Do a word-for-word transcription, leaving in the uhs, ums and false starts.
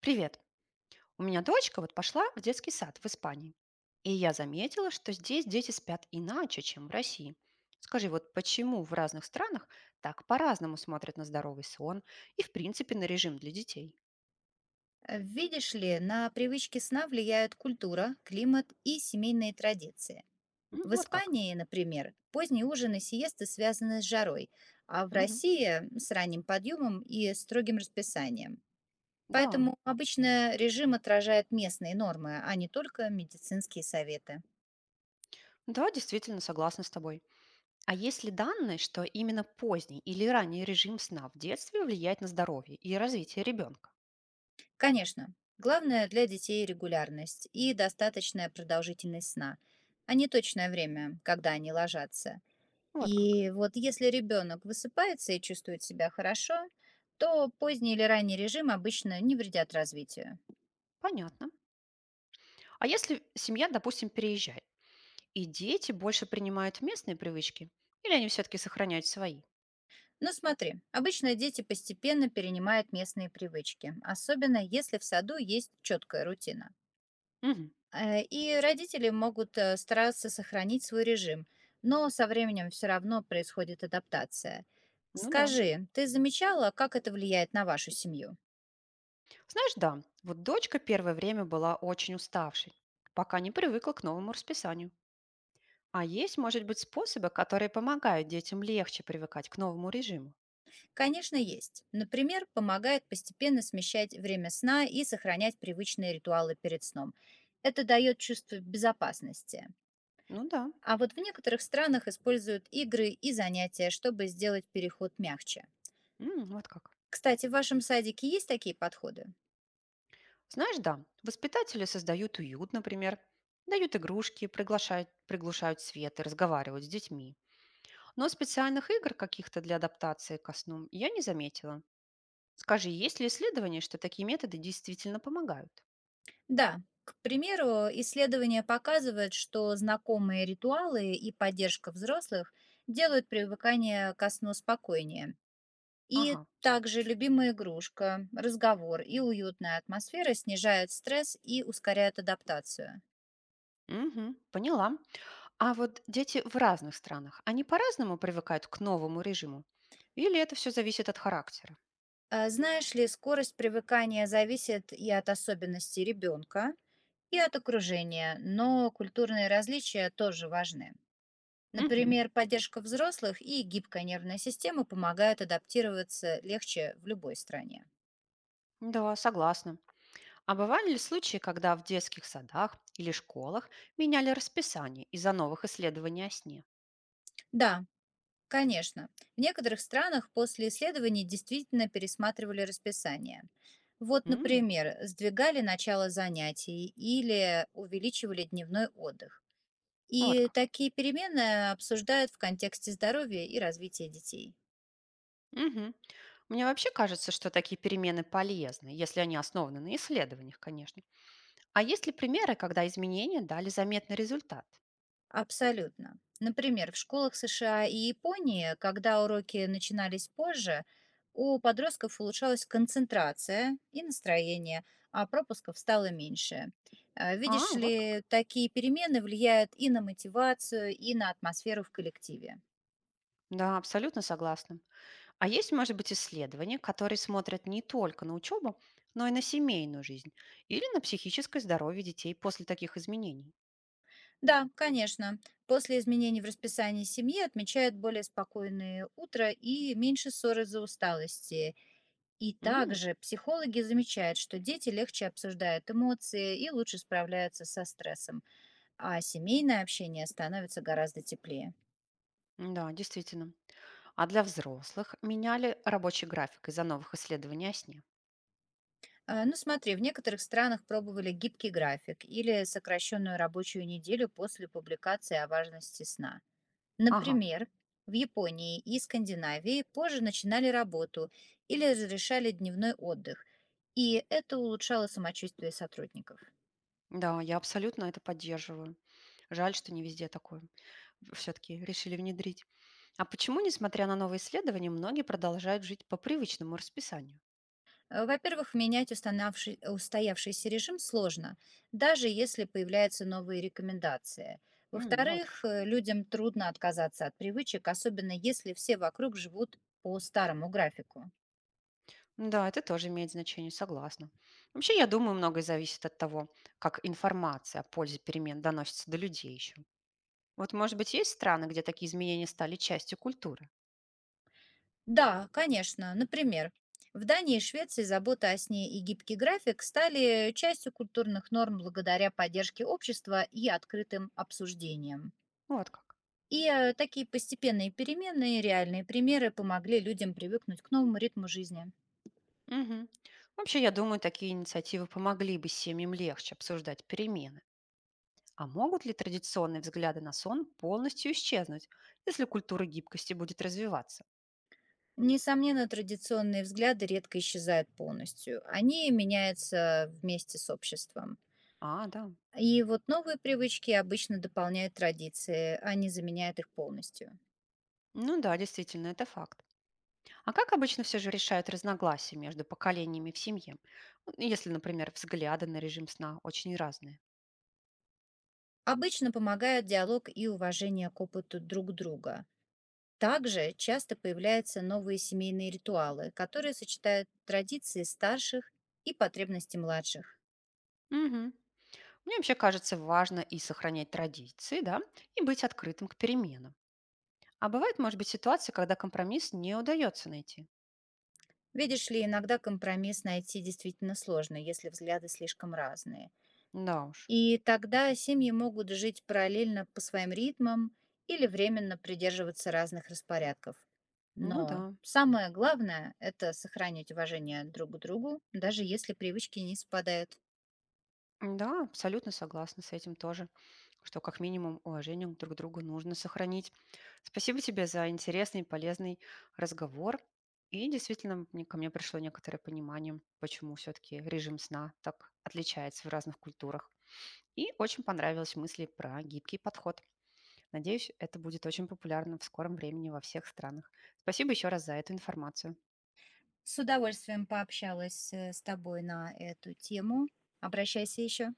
Привет. У меня дочка вот пошла в детский сад в Испании. И я заметила, что здесь дети спят иначе, чем в России. Скажи, вот почему в разных странах так по-разному смотрят на здоровый сон и, в принципе, на режим для детей? Э, Видишь ли, на привычки сна влияют культура, климат и семейные традиции. М, В Вот как. Испании, например, поздние ужины и сиесты связаны с жарой, а в Мгм. России м, с ранним подъемом и строгим расписанием. Да. Поэтому обычно режим отражает местные нормы, а не только медицинские советы. Да, действительно, согласна с тобой. А есть ли данные, что именно поздний или ранний режим сна в детстве влияет на здоровье и развитие ребенка? Конечно, главное для детей регулярность и достаточная продолжительность сна, а не точное время, когда они ложатся. Вот как. И вот если ребенок высыпается и чувствует себя хорошо, то поздний или ранний режим обычно не вредят развитию. Понятно. А если семья, допустим, переезжает? И дети больше принимают местные привычки? Или они все-таки сохраняют свои? Но смотри, обычно дети постепенно перенимают местные привычки, особенно если в саду есть четкая рутина. Мгм. Э, И родители могут э, стараться сохранить свой режим, но со временем все равно происходит адаптация. Ну да. Скажи, ты замечала, как это влияет на вашу семью? Знаешь, да, вот дочка первое время была очень уставшей, пока не привыкла к новому расписанию. А есть, может быть, способы, которые помогают детям легче привыкать к новому режиму? Конечно, есть. Например, помогает постепенно смещать время сна и сохранять привычные ритуалы перед сном. Это дает чувство безопасности. Ну да. А вот в некоторых странах используют игры и занятия, чтобы сделать переход мягче. М, вот как. Кстати, в вашем садике есть такие подходы? Знаешь, да, воспитатели создают уют, например, дают игрушки, приглашают, приглушают свет и разговаривают с детьми. Но специальных игр каких-то для адаптации ко сну я не заметила. Скажи, есть ли исследования, что такие методы действительно помогают? Да. К примеру, исследования показывают, что знакомые ритуалы и поддержка взрослых делают привыкание ко сну спокойнее, и Ага. также любимая игрушка, разговор и уютная атмосфера снижают стресс и ускоряют адаптацию. Мгм, поняла. А вот дети в разных странах, они по-разному привыкают к новому режиму? Или это все зависит от характера? А Знаешь ли, скорость привыкания зависит и от особенностей ребенка, и от окружения, но культурные различия тоже важны. Мгм. Например, поддержка взрослых и гибкая нервная система помогают адаптироваться легче в любой стране. Да, согласна. А бывали ли случаи, когда в детских садах или школах меняли расписание из-за новых исследований о сне? Да, конечно, в некоторых странах после исследований действительно пересматривали расписание. Вот, М, например, сдвигали начало занятий или увеличивали дневной отдых. Вот И как. такие перемены обсуждают в контексте здоровья и развития детей. Мгм. Мне вообще кажется, что такие перемены полезны, если они основаны на исследованиях, конечно. А есть ли примеры, когда изменения дали заметный результат? Абсолютно. Например, в школах С Ш А и Японии, когда уроки начинались позже, у подростков улучшалась концентрация и настроение, а пропусков стало меньше. Э, А, Видишь вот как. ли, такие перемены влияют и на мотивацию, и на атмосферу в коллективе. Да, абсолютно согласна. А есть, может быть, исследования, которые смотрят не только на учебу, но и на семейную жизнь или на психическое здоровье детей после таких изменений? Да, конечно. После изменений в расписании семьи отмечают более спокойные утро и меньше ссор из-за усталости, и М, также психологи замечают, что дети легче обсуждают эмоции и лучше справляются со стрессом, а семейное общение становится гораздо теплее. да, действительно. А для взрослых меняли рабочий график из-за новых исследований о сне? А, Ну смотри, в некоторых странах пробовали гибкий график или сокращенную рабочую неделю после публикации о важности сна. Ага, Например, в Японии и Скандинавии позже начинали работу или разрешали дневной отдых, и это улучшало самочувствие сотрудников. да, я абсолютно это поддерживаю. Жаль, что не везде такое все-таки решили внедрить. А почему, несмотря на новые исследования, многие продолжают жить по привычному расписанию? Э, Во-первых, менять устанавши- устоявшийся режим сложно, даже если появляются новые рекомендации. М, ну вот Во-вторых, как. э, людям трудно отказаться от привычек, особенно если все вокруг живут по старому графику. Да, это тоже имеет значение, согласна. Вообще, я думаю, многое зависит от того, как информация о пользе перемен доносится до людей еще. Вот, может быть, есть страны, где такие изменения стали частью культуры? Да, конечно. Например, в Дании и Швеции забота о сне и гибкий график стали частью культурных норм благодаря поддержке общества и открытым обсуждениям. Ну вот как. И э, такие постепенные перемены и реальные примеры помогли людям привыкнуть к новому ритму жизни. Мгм. Вообще, я думаю, такие инициативы помогли бы семьям легче обсуждать перемены. А могут ли традиционные взгляды на сон полностью исчезнуть, если культура гибкости будет развиваться? Несомненно, традиционные взгляды редко исчезают полностью. Они меняются вместе с обществом. А, да. И вот новые привычки обычно дополняют традиции, а не заменяют их полностью. Ну да, действительно, это факт. А как обычно все же решают разногласия между поколениями в семье? Ну, если, например, взгляды на режим сна очень разные. Обычно помогают диалог и уважение к опыту друг друга. Также часто появляются новые семейные ритуалы, которые сочетают традиции старших и потребности младших. Мгм. Мне вообще кажется, важно и сохранять традиции, да, и быть открытым к переменам. А бывает, может быть, ситуация, когда компромисс не удается найти. Видишь ли, иногда компромисс найти действительно сложно, если взгляды слишком разные. Да уж. И тогда семьи могут жить параллельно по своим ритмам или временно придерживаться разных распорядков. Ну Но да. самое главное– это сохранить уважение друг к другу, даже если привычки не совпадают. Да, абсолютно согласна с этим тоже, что как минимум уважение друг к другу нужно сохранить. Спасибо тебе за интересный и полезный разговор. И действительно, мне- ко мне пришло некоторое понимание, почему все-таки режим сна так отличается в разных культурах. И очень понравились мысли про гибкий подход. Надеюсь, это будет очень популярно в скором времени во всех странах. Спасибо еще раз за эту информацию. С удовольствием пообщалась э, с тобой на эту тему. Обращайся еще.